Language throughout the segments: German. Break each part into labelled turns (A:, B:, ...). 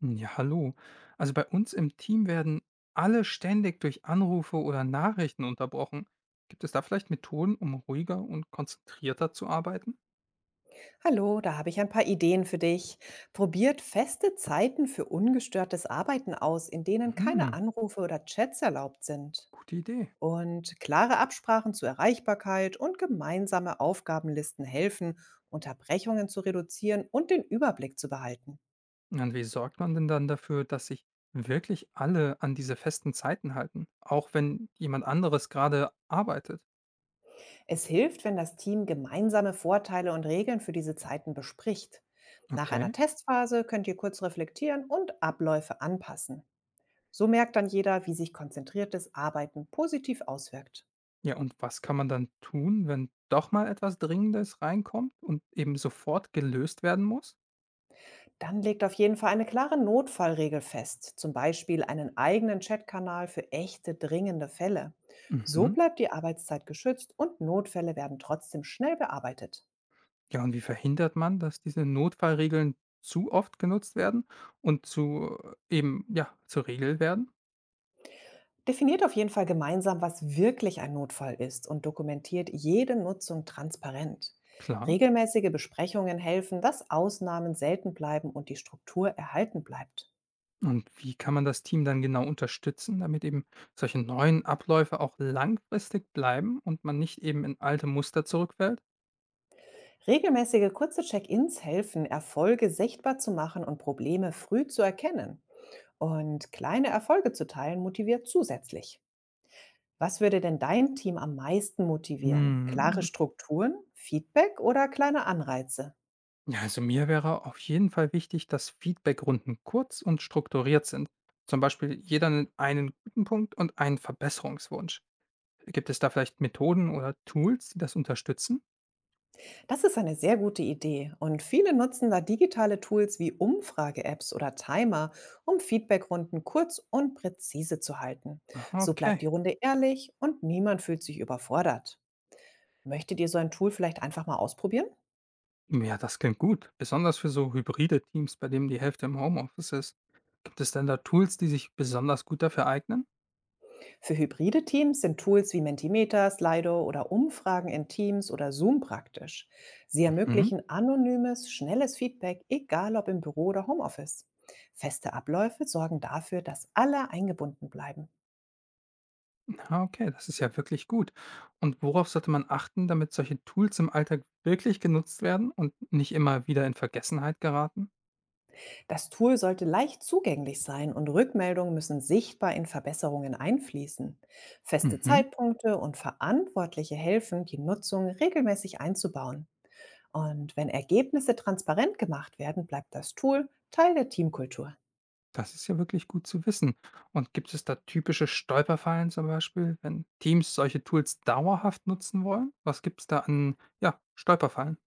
A: Hm, ja, hallo. Also bei uns im Team werden alle ständig durch Anrufe oder Nachrichten unterbrochen. Gibt es da vielleicht Methoden, um ruhiger und konzentrierter zu arbeiten?
B: Hallo, da habe ich ein paar Ideen für dich. Probiert feste Zeiten für ungestörtes Arbeiten aus, in denen keine
A: Hm,
B: Anrufe oder Chats erlaubt sind.
A: gute Idee.
B: Und klare Absprachen zur Erreichbarkeit und gemeinsame Aufgabenlisten helfen, Unterbrechungen zu reduzieren und den Überblick zu behalten.
A: Und wie sorgt man denn dann dafür, dass sich wirklich alle an diese festen Zeiten halten, auch wenn jemand anderes gerade arbeitet?
B: Es hilft, wenn das Team gemeinsame Vorteile und Regeln für diese Zeiten bespricht. Nach
A: Okay.
B: einer Testphase könnt ihr kurz reflektieren und Abläufe anpassen. So merkt dann jeder, wie sich konzentriertes Arbeiten positiv auswirkt.
A: Ja, und was kann man dann tun, wenn doch mal etwas Dringendes reinkommt und eben sofort gelöst werden muss?
B: Dann legt auf jeden Fall eine klare Notfallregel fest, zum Beispiel einen eigenen Chatkanal für echte dringende Fälle. So
A: Mhm.
B: bleibt die Arbeitszeit geschützt und Notfälle werden trotzdem schnell bearbeitet.
A: Ja, und wie verhindert man, dass diese Notfallregeln zu oft genutzt werden und zu eben ja, zur Regel werden?
B: Definiert auf jeden Fall gemeinsam, was wirklich ein Notfall ist und dokumentiert jede Nutzung transparent.
A: Klar.
B: Regelmäßige Besprechungen helfen, dass Ausnahmen selten bleiben und die Struktur erhalten bleibt.
A: Und wie kann man das Team dann genau unterstützen, damit eben solche neuen Abläufe auch langfristig bleiben und man nicht eben in alte Muster zurückfällt?
B: Regelmäßige kurze Check-ins helfen, Erfolge sichtbar zu machen und Probleme früh zu erkennen. Und kleine Erfolge zu teilen motiviert zusätzlich. Was würde denn dein Team am meisten motivieren? Klare
A: Hm.
B: Strukturen, Feedback oder kleine Anreize?
A: Ja, also mir wäre auf jeden Fall wichtig, dass Feedbackrunden kurz und strukturiert sind. Zum Beispiel jeder nennt einen guten Punkt und einen Verbesserungswunsch. Gibt es da vielleicht Methoden oder Tools, die das unterstützen?
B: Das ist eine sehr gute Idee und viele nutzen da digitale Tools wie Umfrage-Apps oder Timer, um Feedbackrunden kurz und präzise zu halten.
A: Aha,
B: So bleibt die
A: okay.
B: Runde ehrlich und niemand fühlt sich überfordert. Möchtet ihr so ein Tool vielleicht einfach mal ausprobieren?
A: Ja, das klingt gut. Besonders für so hybride Teams, bei denen die Hälfte im Homeoffice ist. Gibt es denn da Tools, die sich besonders gut dafür eignen?
B: Für hybride Teams sind Tools wie Mentimeter, Slido oder Umfragen in Teams oder Zoom praktisch. Sie
A: Mhm.
B: ermöglichen anonymes, schnelles Feedback, egal ob im Büro oder Homeoffice. Feste Abläufe sorgen dafür, dass alle eingebunden bleiben.
A: Ah, okay, das ist ja wirklich gut. Und worauf sollte man achten, damit solche Tools im Alltag wirklich genutzt werden und nicht immer wieder in Vergessenheit geraten?
B: Das Tool sollte leicht zugänglich sein und Rückmeldungen müssen sichtbar in Verbesserungen einfließen. Feste
A: Mhm.
B: Zeitpunkte und Verantwortliche helfen, die Nutzung regelmäßig einzubauen. Und wenn Ergebnisse transparent gemacht werden, bleibt das Tool Teil der Teamkultur.
A: Das ist ja wirklich gut zu wissen. Und gibt es da typische Stolperfallen zum Beispiel, wenn Teams solche Tools dauerhaft nutzen wollen? Was gibt es da an ja, Stolperfallen?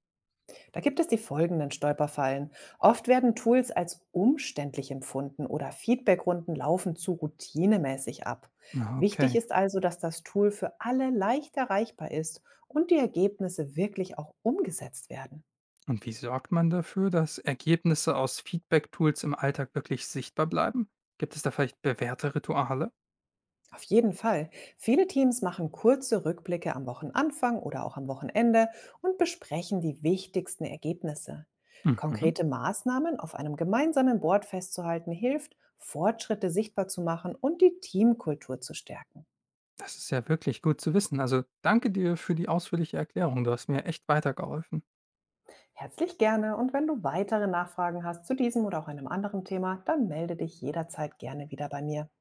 B: Da gibt es die folgenden Stolperfallen. Oft werden Tools als umständlich empfunden oder Feedbackrunden laufen zu routinemäßig ab.
A: Ah,
B: Wichtig
A: okay.
B: ist also, dass das Tool für alle leicht erreichbar ist und die Ergebnisse wirklich auch umgesetzt werden.
A: Und wie sorgt man dafür, dass Ergebnisse aus Feedback-Tools im Alltag wirklich sichtbar bleiben? Gibt es da vielleicht bewährte Rituale?
B: Auf jeden Fall. Viele Teams machen kurze Rückblicke am Wochenanfang oder auch am Wochenende und besprechen die wichtigsten Ergebnisse.
A: Mhm.
B: Konkrete Maßnahmen auf einem gemeinsamen Board festzuhalten hilft, Fortschritte sichtbar zu machen und die Teamkultur zu stärken.
A: Das ist ja wirklich gut zu wissen. Also danke dir für die ausführliche Erklärung. Du hast mir echt weitergeholfen.
B: Herzlich gerne und wenn du weitere Nachfragen hast zu diesem oder auch einem anderen Thema, dann melde dich jederzeit gerne wieder bei mir.